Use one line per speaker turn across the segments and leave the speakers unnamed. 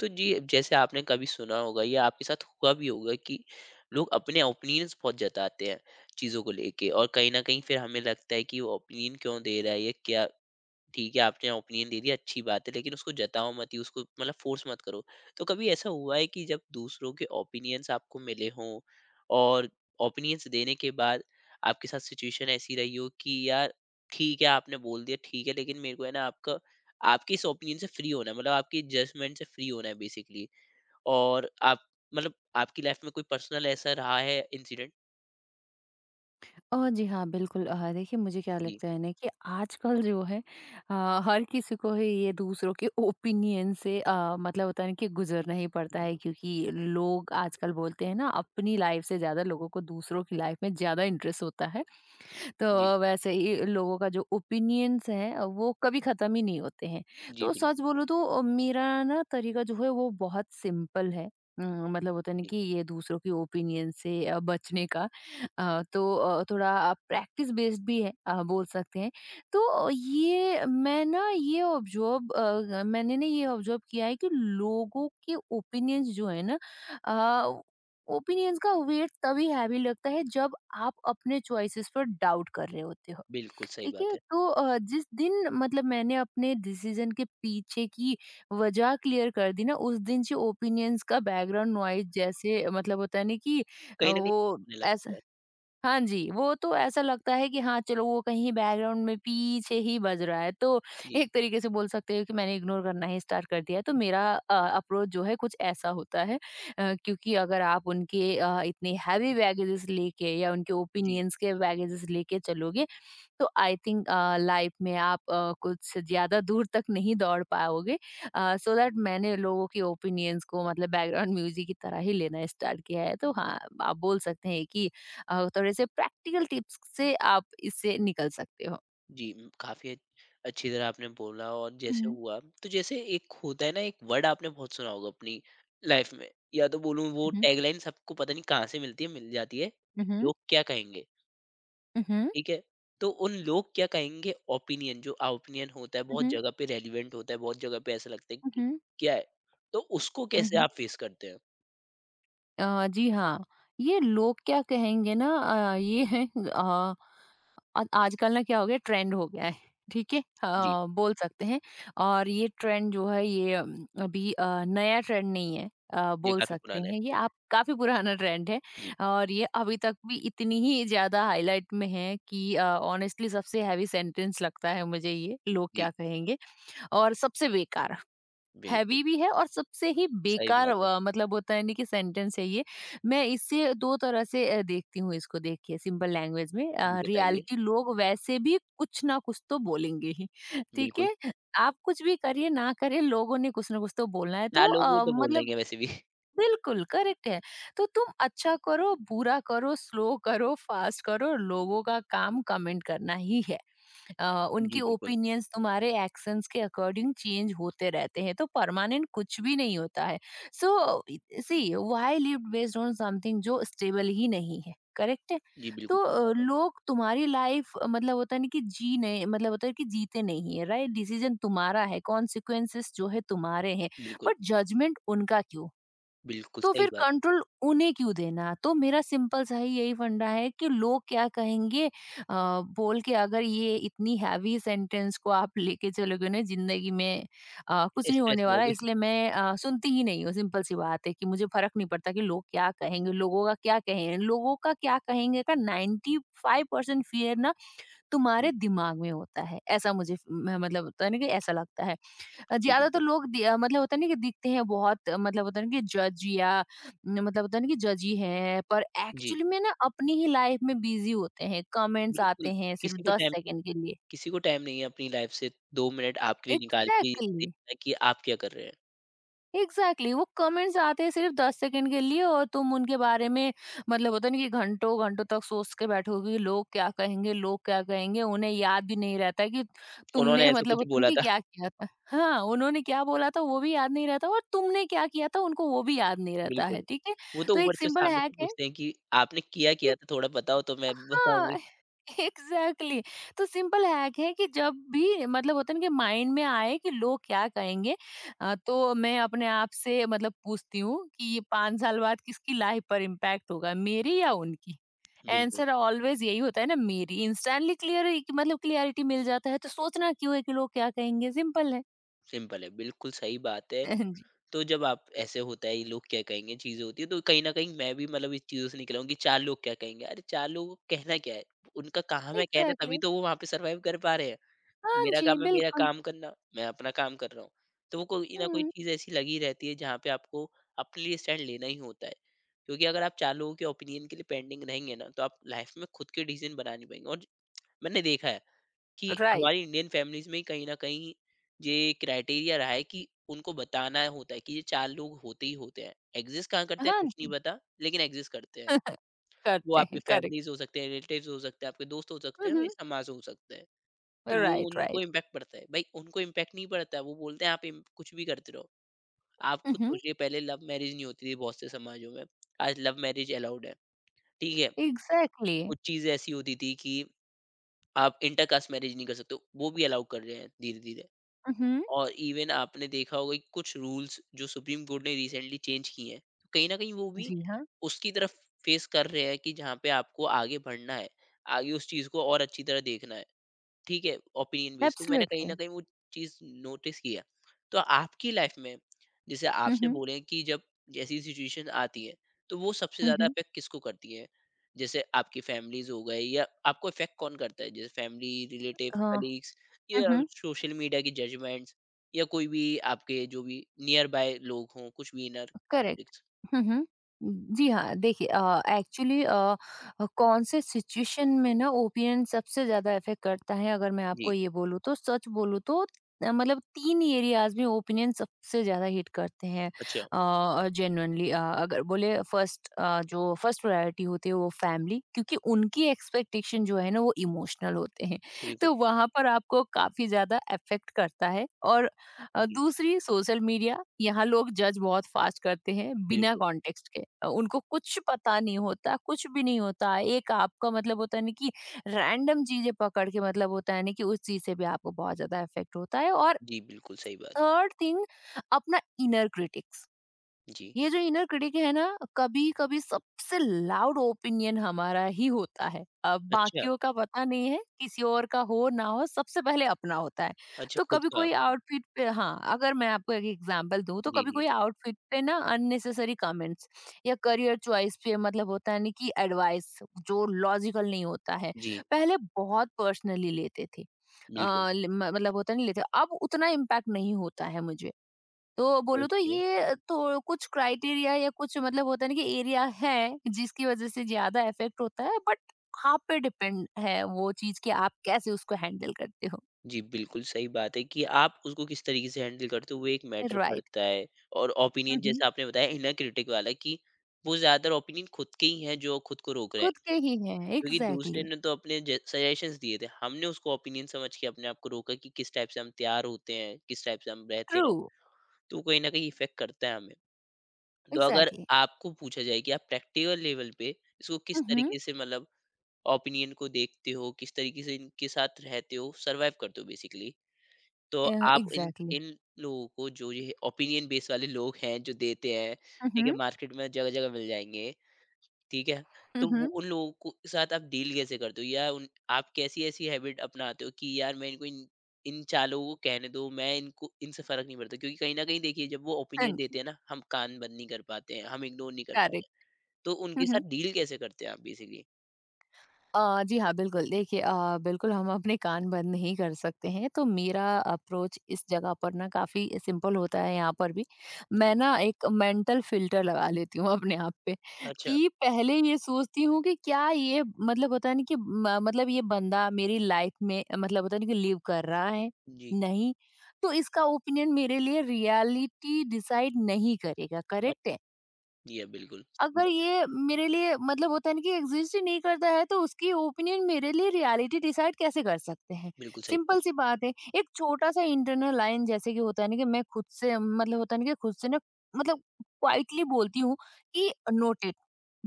तो जी जैसे आपने कभी सुना होगा या आपके साथ हुआ भी होगा कि लोग अपने ओपिनियंस बहुत जताते हैं चीज़ों को लेके और कहीं ना कहीं फिर हमें लगता है कि वो ओपिनियन क्यों दे रहा है या क्या ठीक है आपने ओपिनियन दे दिया अच्छी बात है लेकिन उसको जताओ मत ही उसको मतलब फोर्स मत करो तो कभी ऐसा हुआ है कि जब दूसरों के ओपिनियंस आपको मिले हों और ओपिनियंस देने के बाद आपके साथ सिचुएशन ऐसी रही हो कि यार ठीक है आपने बोल दिया ठीक है लेकिन मेरे को है ना आपका आपके इस ओपिनियन से फ्री होना है मतलब आपकी जजमेंट से फ्री होना है बेसिकली और आप मतलब आपकी लाइफ में कोई पर्सनल ऐसा रहा है इंसिडेंट।
जी हाँ, बिल्कुल। देखिए, मुझे क्या
जी।
लगता है ना कि आजकल जो है, हर किसी को ही ये दूसरों के ओपिनियन से मतलब होता है ना कि गुजरना ही पड़ता है, क्योंकि लोग आजकल बोलते हैं ना अपनी लाइफ से ज़्यादा लोगों को दूसरों की लाइफ में ज़्यादा इंटरेस्ट होता है। तो
जी।
वैसे ही लोगों का जो ओपिनियंस है वो कभी खत्म ही नहीं होते हैं।
जी
तो सच
बिल्कुल।
बोलूं तो मेरा ना तरीका जो है वो बहुत सिंपल है। मतलब होता है ना
जी
कि ये दूसरों के ओपिनियन से बचने का। तो थोड़ा प्रैक्टिस बेस्ड भी है, बोल सकते हैं। तो ये मैं ना ये ऑब्जर्व मैंने ना ये ऑब्जर्व किया है कि लोगों के ओपिनियंस जो है ना, ओपिनियंस का वेट तभी हैवी लगता है जब आप अपने चॉइसेस पर डाउट कर रहे होते हो।
बिल्कुल सही
ठीक
बात
है,
है।
तो जिस दिन मतलब मैंने अपने डिसीजन के पीछे की वजह क्लियर कर दी ना, उस दिन से ओपिनियंस का बैकग्राउंड नॉइज जैसे मतलब होता है ना कि
कहीं ना कहीं
वो...
होने लगता है।
हाँ जी, वो तो ऐसा लगता है कि हाँ, चलो वो कहीं बैकग्राउंड में पीछे ही बज रहा है। तो
जी।
एक तरीके से बोल सकते हो कि मैंने इग्नोर करना ही स्टार्ट कर दिया है। तो मेरा अप्रोच जो है कुछ ऐसा होता है, क्योंकि अगर आप उनके इतने हैवी बैगेजेस लेके या उनके
जी,
ओपिनियंस के बैगेजेस लेके चलोगे तो आई थिंक लाइफ में आप कुछ ज़्यादा दूर तक नहीं दौड़ पाओगे। सो दैट मैंने लोगों के ओपिनियंस को मतलब बैकग्राउंड म्यूज़िक की तरह ही लेना स्टार्ट किया है। तो हाँ, आप बोल सकते हैं कि थोड़े से प्रैक्टिकल टिप्स से आप इससे निकल सकते हो।
जी, काफ़ी अच्छी तरह आपने बोला और जैसे
हुँ,
हुआ, तो जैसे एक होता है ना, एक वर्ड आपने बहुत सुना होगा अपनी लाइफ में, या तो बोलूँ वो
हुँ,
टैगलाइन सबको पता नहीं कहाँ से मिलती है, मिल जाती है,
हुँ, हुँ,
"लोग क्या कहेंगे?"
हुँ,
ठीक है? तो उन लोग क्या कहेंगे ओपिनियन जो ओपिनियन होता है, बहुत जगह पे रेलेवेंट होता है, बहुत जगह पे ऐसा लगता है कि
हुँ,
क्या है? तो उसको कैसे
हुँ।
आप फेस करते हैं?
जी हाँ, ये लोग क्या कहेंगे ना। ये है। अ आजकल ना क्या हो गया, ट्रेंड हो गया है। ठीक है,
जी,
बोल सकते हैं। और ये ट्रेंड जो है, ये अभी नया ट्रेंड नहीं है,
ये
बोल
काफ़ी
सकते
पुराना
हैं ये
है।
आप काफी पुराना ट्रेंड है।
जी,
और ये अभी तक भी इतनी ही ज्यादा हाईलाइट में है कि ऑनेस्टली सबसे हैवी सेंटेंस लगता है मुझे, ये लोग
जी,
क्या कहेंगे। और सबसे बेकार,
बिल्कुल,
हैवी भी है और सबसे ही
सही
बेकार
बात है।
मतलब होता है नहीं कि सेंटेंस है ये। मैं इससे 2 तरह से देखती हूँ इसको, देखिए सिंपल लैंग्वेज में,
जी, बताइए।
रियलिटी, लोग वैसे भी कुछ ना कुछ तो बोलेंगे ही, ठीक
बिल्कुल,
है? आप कुछ भी करिए ना करिए, लोगों ने कुछ ना कुछ तो बोलना है।
चार
तो
लोग वो तो बोल
मतलब
देंगे वैसे भी।
बिल्कुल करेक्ट है, तो तुम अच्छा करो, बुरा करो, स्लो करो, फास्ट करो, लोगों का काम कमेंट करना ही है।
जी,
उनके
बिल्कुल।
ओपिनियंस तुम्हारे एक्शंस के अकॉर्डिंग चेंज होते रहते हैं, तो परमानेंट कुछ भी नहीं होता है। So, see why live based on something जो स्टेबल ही नहीं है, करेक्ट है?
जी, बिल्कुल
तो
सही बात है।
लोग तुम्हारी लाइफ मतलब होता नहीं कि जी नहीं मतलब होता है कि जीते नहीं है, राइट? डिसीजन तुम्हारा है, कॉन्सिक्वेंसेस जो है तुम्हारे हैं,
बिल्कुल,
बट जजमेंट उनका क्यों?
बिल्कुल
तो
सही
फिर
बात
कंट्रोल उन्हें क्यों देना? तो मेरा सिंपल सा ही यही फंडा है कि लोग क्या कहेंगे बोल के अगर ये इतनी हैवी सेंटेंस को आप लेके चलोगे ना ज़िंदगी में, कुछ
है।
नहीं
स्ट्रेस
होने वाला,
रहोगे
इसलिए मैं सुनती ही नहीं हूँ। सिंपल सी बात है कि मुझे फ़र्क नहीं पड़ता कि लोग क्या कहेंगे, लोगों का क्या कहें, लोगों का क्या कहेंगे का 95% फ़ियर ना तुम्हारे
जी,
दिमाग में होता है। ऐसा मुझे म मतलब होता है ना कि ऐसा लगता है।
जी,
ज्यादातर
बिल्कुल।
लोग मतलब होता है ना कि दिखते हैं बहुत मतलब होता है ना कि जज, या न मतलब होता है ना कि जज ही हैं, पर
जी,
एक्चुअली में ना अपनी ही लाइफ में बिजी होते हैं, कमेंट्स
बिल्कुल,
आते हैं सिर्फ
किसी को
10
टाइम
सेकंड के लिए।
किसी को टाइम नहीं है अपनी लाइफ से 2 मिनट आपके लिए निकाल के
एग्जैक्टली।
देखना कि आप क्या कर रहे हैं।
एग्जैक्टली exactly, वो कमेंट्स आते हैं सिर्फ 10 सेकंड के लिए और तुम उनके बारे में मतलब होता नहीं कि घंटों घंटों तक सोच के बैठोगे, लोग क्या कहेंगे, लोग क्या कहेंगे। उन्हें याद भी नहीं रहता कि
उन्होंने
तुमने
ऐसा
मतलब
कुछ
होता नहीं
बोला
कि
था
क्या किया था, हाँ उन्होंने क्या बोला था वो भी याद नहीं रहता, और तुमने क्या किया था उनको वो भी याद नहीं रहता है,
बिल्कुल।
ठीक है?
वो तो
तो
ऊपर
एक
से
सिंपल
सामने
हैक
से
है।
पूछते हैं कि आपने किया क्या था? थोड़ा बताओ तो मैं बताऊँगी।
हाँ, एग्जैक्टली exactly. तो सिंपल हैक है कि जब भी मतलब होता है ना कि माइंड में आए कि लोग क्या कहेंगे, तो मैं अपने आप से मतलब पूछती हूँ कि ये 5 साल बाद किसकी लाइफ पर इम्पैक्ट होगा, मेरी या उनकी?
बिल्कुल,
आंसर ऑलवेज यही होता है ना, मेरी। इंस्टेंटली क्लियर मतलब क्लियरिटी मिल जाता है, तो सोचना क्यों है कि लोग क्या कहेंगे। सिंपल है।
सिंपल है, बिल्कुल सही बात है।
जी।
तो जब आप ऐसे होता है ये लोग क्या कहेंगे चीजें होती है तो कहीं ना कहीं मैं भी मतलब इस चीजों से निकला हूं कि चार लोग क्या कहेंगे अरे चार लोगों को कहना क्या है उनका काम है कहना
एग्जैक्टली
तभी
exactly.
तो वो वहां पे सरवाइव कर पा रहे हैं।
हाँ
मेरा
जी
काम है मेरा
बिल्कुल।
काम करना मैं अपना काम कर रहा हूँ। तो वो कोई ना कोई
हम्म।
चीज ऐसी लगी रहती है जहाँ पे आपको अपने लिए स्टैंड लेना ही होता है क्योंकि अगर आप चार लोगों के ओपिनियन के लिए पेंडिंग रहेंगे ना तो आप लाइफ में खुद के डिसीजन बना नहीं पाएंगे। और मैंने देखा है कि
राइट right.
हमारी इंडियन फैमिलीज में कहीं ना कहीं ये क्राइटेरिया रहा है कि उनको बताना होता है कि ये चार लोग होते ही होते हैं एग्जिस्ट कहाँ करते हैं
हाँ
कुछ नहीं
जी।
पता लेकिन एग्जिस्ट करते हैं। वो
करते
आपकी
हैं, करेक्ट।
फैमिलीज हो सकते हैं रिलेटिव्स हो सकते हैं आपके दोस्त हो सकते हैं और ये समाज हो सकते हैं। तो वो
राइट,
उनको
राइट।
इम्पैक्ट पड़ता है भाई उनको इम्पैक्ट नहीं पड़ता वो बोलते हैं आप कुछ भी करते रहो। आप खुद सोचिए पहले लव मैरिज नहीं होती थी बहुत से समाजों में, आज लव मैरिज अलाउड है। ठीक है।
एग्जैक्टली।
कुछ चीजें ऐसी होती थी कि आप इंटरकास्ट मैरिज नहीं कर सकते हो, वो भी अलाउ कर रहे हैं धीरे धीरे।
हुँ, हुँ।
और इवन आपने देखा होगा कि कुछ रूल्स जो सुप्रीम कोर्ट ने रिसेंटली चेंज किए हैं तो कहीं ना कहीं वो भी
जी हाँ।
उसकी तरफ फेस कर रहे हैं कि जहाँ पे आपको आगे बढ़ना है आगे उस चीज को और अच्छी तरह देखना है। ठीक है, ओपिनियन बेस तो मैंने कहीं
एब्सोल्युटली।
न कहीं वो चीज़ नोटिस की है। तो आपकी लाइफ़ में जैसे
हुँ,
आपसे
हुँ।
बोले कि जब ऐसी सिचुएशन आती है, तो वो सबसे
हुँ,
ज़्यादा
हुँ।
इफ़ेक्ट किसको करती है? जैसे आपकी फैमिलीज़ हो गए या आपको इफ़ेक्ट कौन करता है? जैसे फैमिली, रिलेटिव,
हाँ।
कलीग्स
हुँ,
या
हुँ।
सोशल मीडिया की जजमेंट्स या कोई भी आपके जो भी नियर बाय लोग हों, कुछ भी इनर
करेक्ट।
इट्स।
हुँ, हुँ। जी हाँ, देखिए एक्चुअली कौन से सिचुएशन में ना ओपिनियन सबसे ज़्यादा इफ़ेक्ट करता है अगर मैं आपको
जी,
ये बोलूँ तो, सच बोलूँ तो, मतलब 3 एरियाज़ में ओपिनियन सबसे ज़्यादा हिट करते हैं।
अच्छा,
जेन्युइनली अगर बोले फर्स्ट, जो फर्स्ट प्रायोरिटी होती है वो फैमिली, क्योंकि उनकी एक्सपेक्टेशन जो है ना वो इमोशनल होते हैं।
बिल्कुल।
तो वहाँ पर आपको काफ़ी ज़्यादा इफ़ेक्ट करता है। और
जी,
दूसरी सोशल मीडिया, यहाँ लोग जज बहुत फास्ट करते हैं बिना
बिल्कुल।
कॉन्टेक्स्ट के, उनको कुछ पता नहीं होता, कुछ भी नहीं होता, एक आपका मतलब होता है ना कि रैंडम चीजें पकड़ के मतलब होता है ना कि उस चीज से भी आपको बहुत ज्यादा इफेक्ट होता है। और
जी, बिल्कुल सही बात है।
थर्ड थिंग, अपना इनर क्रिटिक्स।
जी,
ये जो इनर क्रिटिक है ना, कभी कभी सबसे लाउड ओपिनियन हमारा ही होता है। अब
अच्छा,
बाकियों का पता नहीं है, किसी और का हो ना हो, सबसे पहले अपना होता है।
अच्छा
तो
खुद
कभी
का
कोई
आपने।
आउटफिट पे, हाँ, अगर मैं आपको एक एग्जांपल दूं, तो
जी,
कभी
जी।
कोई आउटफिट पे ना अननेसेसरी कमेंट्स या करियर चॉइस पे मतलब होता है ना कि एडवाइस जो लॉजिकल नहीं होता है,
जी,
पहले बहुत पर्सनली लेते थे।
बिल्कुल,
मतलब होता नहीं लेते अब, उतना इम्पैक्ट नहीं होता है मुझे। तो बोलूँ तो
ओके।
ये तो कुछ क्राइटेरिया या कुछ मतलब होता है ना कि एरिया है जिसकी वजह से ज़्यादा इफ़ेक्ट होता है, बट आप पे डिपेंड है वो चीज़ कि आप कैसे उसको हैंडल करते हो।
जी, बिल्कुल सही बात है कि आप उसको किस तरीके से हैंडल करते हो वो एक मैटर
राइट।
करता है। और ओपिनियन
हुँ।
जैसा आपने बताया इनर क्रिटिक वाला कि वो ज़्यादातर ओपिनियन खुद के ही हैं जो खुद को रोक रहे हैं।
खुद के ही हैं,
क्योंकि दूसरे
एग्ज़ैक्टली।
ने तो अपने ज सजेशंस दिए थे, हमने उसको ओपिनियन समझ के अपने आप को रोका कि किस टाइप से हम तैयार होते हैं, किस टाइप से हम रहते
ट्रू।
हैं, तो वो कहीं न कहीं इफ़ेक्ट करता है हमें। तो अगर
एग्ज़ैक्टली।
आपको पूछा जाए कि आप प्रैक्टिकल लेवल पे इसको किस
हुँ, हुँ।
तरीके से मतलब ओपिनियन को देखते हो, किस तरीके से इनके साथ रहते हो, सर्वाइव करते हो बेसिकली। तो आप इन
एग्ज़ैक्टली।
इन लोगों को जो ये ओपिनियन बेस वाले लोग हैं, जो देते हैं,
हुँ,
ठीक है,
हुँ।
मार्केट में जगह-जगह मिल जाएँगे, ठीक है।
हुँ,
तो वो
हुँ।
उन लोगों को के साथ आप डील कैसे करते हो या उन आप कैसी ऐसी हैबिट अपनाते हो कि यार मैं इनको इन इन 4 लोगों को कहने दो, मैं इनको इनसे फ़र्क नहीं पड़ता। क्योंकि कहीं न कहीं देखिए जब वो
हाँ
ओपिनियन
जी,
देते हैं ना, हम कान बंद नहीं कर पाते हैं, हम इग्नोर नहीं कर पाते
करेक्ट।
हैं। तो
हुँ,
उनके
हुँ।
साथ डील कैसे करते हैं आप बेसिकली?
जी हाँ, बिल्कुल। देखिए, बिल्कुल हम अपने कान बंद नहीं कर सकते हैं, तो मेरा अप्रोच इस जगह पर ना काफ़ी सिंपल होता है यहाँ पर भी।
जी।
मैं ना एक मेंटल फ़िल्टर लगा लेती हूँ अपने आप पे
अच्छा।
कि पहले ये सोचती हूँ कि क्या ये मतलब होता है ना कि म मतलब ये बंदा मेरी लाइफ़ में मतलब होता है ना कि लिव कर रहा है,
जी।
नहीं। तो इसका ओपिनियन मेरे लिए रियलिटी डिसाइड नहीं करेगा, करेक्ट है?
जी हाँ, बिल्कुल। जी।
अगर ये मेरे लिए मतलब होता है ना कि एग्जिस्ट ही नहीं करता है, तो उसकी ओपिनियन मेरे लिए रियलिटी डिसाइड कैसे कर सकते हैं?
बिल्कुल सही
सिंपल
बात
सी बात है। एक छोटा-सा इंटरनल लाइन जैसे कि होता है ना कि मैं खुद से मतलब होता है ना कि खुद से ना मतलब क्वाइटली बोलती हूँ कि नोटेड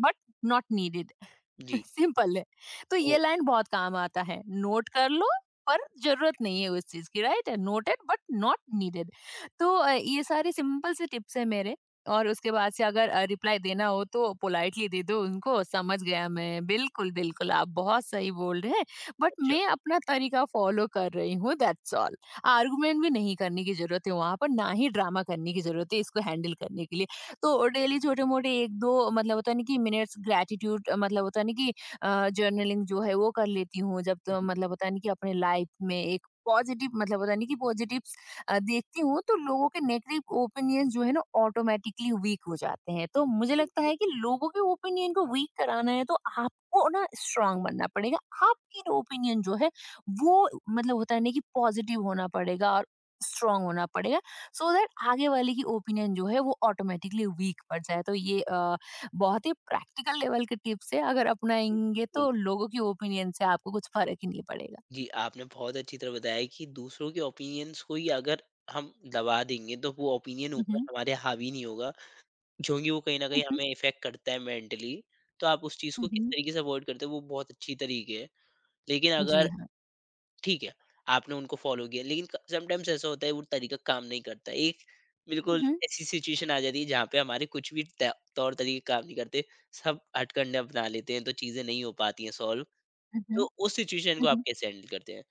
बट नॉट नीडेड।
है। जी।
सिंपल है। तो
ओह!
ये लाइन बहुत काम आता है, नोट कर लो, पर ज़रूरत नहीं है उस चीज़ की, right? Noted but not needed. तो ये सारे सिंपल से टिप्स हैं मेरे, और उसके बाद से अगर रिप्लाई देना हो तो पोलाइटली दे दो, उनको समझ गया मैं, बिल्कुल, बिल्कुल आप बहुत सही बोल रहे हैं, बट
अच्छा।
मैं अपना तरीका फ़ॉलो कर रही हूँ, दैट्स ऑल। आर्गुमेंट भी नहीं करने की ज़रूरत है वहाँ पर, ना ही ड्रामा करने की ज़रूरत है इसको हैंडल करने के लिए। तो डेली छोटे-मोटे 1-2 मतलब होता है ना कि मिनट्स, ग्रैटिट्यूड मतलब होता है ना कि जर्नलिंग जो है वो कर लेती हूँ। जब तो
जी,
मतलब होता है ना कि अपने लाइफ में एक पॉजिटिव मतलब होता है ना कि पॉजिटिव्स देखती हूँ, तो लोगों के नेगेटिव ओपिनियन जो है ना ऑटोमैटिकली वीक हो जाते हैं। तो मुझे लगता
बिल्कुल,
है कि लोगों के ओपिनियन को वीक कराना है तो आपको ना स्ट्रांग बनना पड़ेगा। आपकी ओपिनियन जो है वो मतलब होता है ना कि पॉजिटिव होना पड़ेगा और स्ट्रांग होना पड़ेगा, so दैट आगे वाले की ओपिनियन जो है वो ऑटोमेटिकली वीक पड़ जाए। तो ये बहुत ही प्रैक्टिकल लेवल के टिप्स है, अगर
जी,
अपनाएंगे
बिल्कुल।
तो लोगों की ओपिनियन से आपको कुछ फर्क ही नहीं पड़ेगा।
जी, आपने बहुत अच्छी तरह बताया कि दूसरों के ओपिनियंस को ही अगर हम दबा देंगे तो वो ओपिनियन ऊपर
हम्म।
हमारे हावी नहीं होगा, क्योंकि वो कहीं न कहीं
हम्म।
हमें इफ़ेक्ट करता है मेंटली। तो आप उस चीज़ को किस
हम्म।
तरीके से अवॉइड करते हो वो बहुत अच्छी तरीके है। लेकिन
जी
अगर
हाँ।
ठीक है, आपने उनको फ़ॉलो किया लेकिन क समटाइम्स ऐसा होता है वो तरीका काम नहीं करता। एक बिल्कुल
हम्म।
ऐसी सिचुएशन आ जाती है जहाँ पे हमारे कुछ भी त तौर-तरीके काम नहीं करते, सब हथकंडे अपना लेते हैं तो चीज़ें नहीं हो पाती हैं सॉल्व।
हम्म।
तो उस सिचुएशन को आप
हम्म।
कैसे हैंडल करते हैं?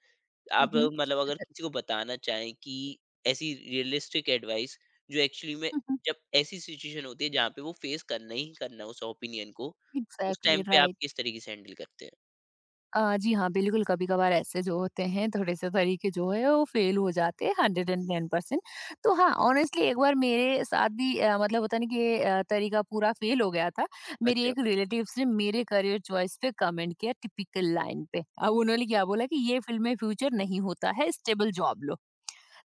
आप
हम्म।
मतलब अगर किसी को बताना चाहें कि ऐसी रियलिस्टिक एडवाइस जो एक्चुअली में जब ऐसी सिचुएशन होती है जहाँ पे वो फेस करना ही करना है उस ओपिनियन को, उस
एग्जैक्टली
टाइम पे आप
राइट।
किस तरीके से हैंडल करते हैं?
जी हाँ, बिल्कुल, कभी-कभार ऐसे जो होते हैं, थोड़े-से तरीके जो है वो फेल हो जाते हैं 110%। तो हाँ, ऑनेस्टली एक बार मेरे साथ भी मतलब होता है ना कि ये तरीका पूरा फेल हो गया था। मेरी
अच्छा,
एक रिलेटिव्स ने मेरे करियर चॉइस पे कमेंट किया, टिपिकल लाइन पे। अब उन्होंने
ओके,
क्या बोला कि ये फ़ील्ड में फ्यूचर नहीं होता है, स्टेबल जॉब लो।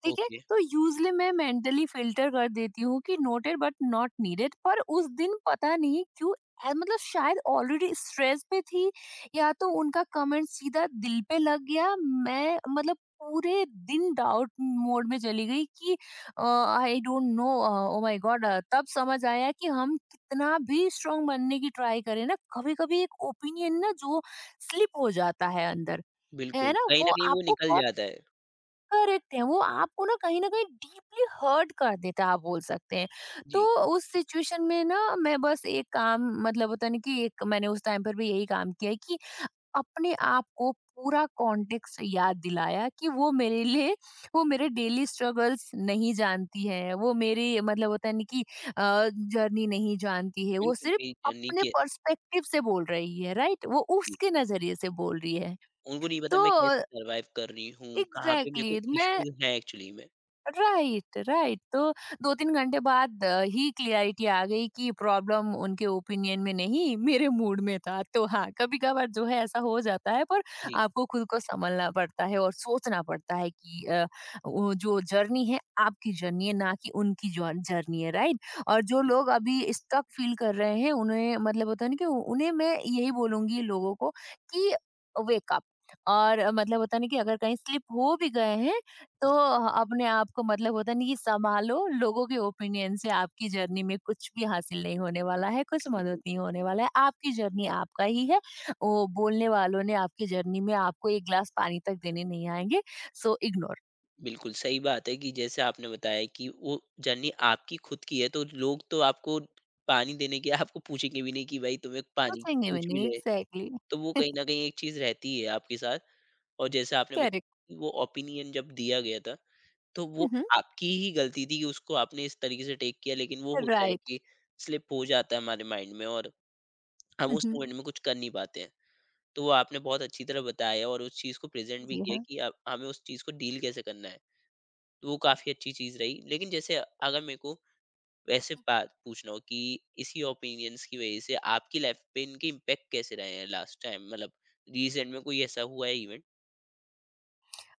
ठीक है,
ओके।
तो यूजली मैं मेंटली फिल्टर कर देती हूँ कि नोटेड बट नॉट नीडेड, पर उस दिन पता नहीं क्यों, मतलब शायद ऑलरेडी स्ट्रेस पे थी, या तो उनका कमेंट सीधा दिल पे लग गया। मैं मतलब पूरे दिन डाउट मोड में चली गई कि I don't know, oh my God. तब समझ आया कि हम कितना भी स्ट्रांग बनने की ट्राई करें ना, कभी कभी एक ओपिनियन ना जो स्लिप हो जाता है अंदर,
बिल्कुल,
है ना,
कहीं न
वो
कहीं वो
आपको
निकल
बहुत,
जाता है।
करेक्ट है, वो आपको ना कहीं डीपली हर्ट कर देता है, आप बोल सकते हैं। तो
जी,
उस सिचुएशन में ना मैं बस एक काम मतलब होता नहीं कि एक मैंने उस टाइम पर भी यही काम किया है कि अपने आप को पूरा कॉन्टेक्स्ट याद दिलाया कि वो मेरे लिए, वो मेरे डेली स्ट्रगल्स नहीं जानती है, वो
जी,
मेरी मतलब होता नहीं कि जर्नी नहीं जानती है, वो
बिल्कुल
सिर्फ
भी जर्नी
अपने
के।
पर्सपेक्टिव से बोल रही है, राइट, वो
जी,
उसके नजरिए से बोल रही है।
उनको नहीं पता
तो
मैं कैसे सर्वाइव कर रही हूँ, कहाँ पे मेरे
एग्जैक्टली
को
exactly. मैं
इश्यूज़ हैं एक्चुअली में।
Right, right. तो 2-3 घंटे बाद ही क्लैरिटी आ गई कि प्रॉब्लम उनके ओपिनियन में नहीं, मेरे मूड में था। तो हाँ, कभी-कभार जो है ऐसा हो जाता है, पर
जी,
आपको खुद को सँभलना पड़ता है और सोचना पड़ता है कि वो जो जर्नी है, आपकी जर्नी है ना कि उनकी जॉन जर्नी है, राइट? और जो
जी,
लोग अभी स्टक फ़ील कर रहे हैं उन्हें मतलब होता है ना कि उन्हें मैं यही बोलूँगी लोगों को कि वेक अप। और मतलब होता है ना कि अगर कहीं स्लिप हो भी गए हैं तो अपने आप को मतलब होता नहीं कि संभालो। लोगों के ओपिनियन से आपकी जर्नी में कुछ भी हासिल नहीं होने वाला है, कुछ मदद
बिल्कुल,
नहीं होने वाला है, आपकी जर्नी आपका ही है। वो बोलने वालों ने आपकी जर्नी में आपको एक ग्लास पानी तक देने नहीं आएंगे। So ignore.
बिल्कुल सही बात है कि जैसे आपने बताया कि वो जर्नी आपकी खुद की है, तो लोग तो आपको पानी देने के आपको पूछेंगे भी नहीं कि भाई तुम्हें पानी की
पूछेंगे
पूछ भी
मैंने,
ले,
एग्जैक्टली।
तो वो कहीं न कहीं एक चीज़ रहती है आपके साथ और जैसे आपने बताया
करेक्ट।
कि वो ओपिनियन जब दिया गया था तो वो
हम्म।
आपकी ही गलती थी कि उसको आपने इस तरीके से टेक किया लेकिन वो होता है
राइट।
कि स्लिप हो जाता है हमारे माइंड में और हम उस
हम्म।
मोमेंट में कुछ कर नहीं पाते हैं। तो वो आपने बहुत अच्छी तरह बताया और उस चीज़ को प्रेजेंट भी
जी
किया
हाँ।
कि आप हमें उस चीज़ को डील कैसे करना है। तो वो काफ़ी अच्छी चीज़ रही लेकिन जैसे अगर मेरे को वैसे बात पूछना हो कि इसी ओपिनियंस की वजह से आपकी लाइफ पे इनके इम्पेक्ट कैसे रहे हैं लास्ट टाइम मतलब रिसेंट में कोई ऐसा हुआ है इवेंट।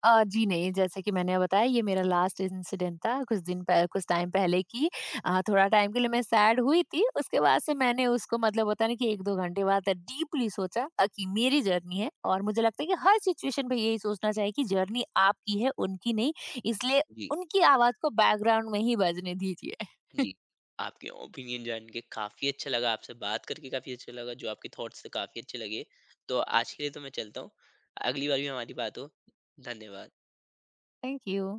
जी नहीं, जैसे कि मैंने बताया, ये मेरा लास्ट इंसिडेंट था, कुछ दिन पह कुछ टाइम पहले की। थोड़ा टाइम के लिए मैं सैड हुई थी, उसके बाद से मैंने उसको मतलब होता है ना कि 1-2 घंटे बाद डीपली सोचा, कि मेरी जर्नी है और मुझे लगता है कि हर सिचुएशन पे यही सोचना चाहिए कि जर्नी आपकी है, उनकी नहीं, इसलिए
जी।
उनकी आवाज़ को बैकग्राउंड में ही बजने दीजिए।
जी, आपके ओपिनियन जान के काफ़ी अच्छा लगा, आपसे बात करके काफ़ी अच्छा लगा, जो आपके थॉट्स थे काफ़ी अच्छे लगे। तो आज के लिए तो मैं चलता हूँ, अगली बार भी हमारी बात हो। धन्यवाद।
Thank you.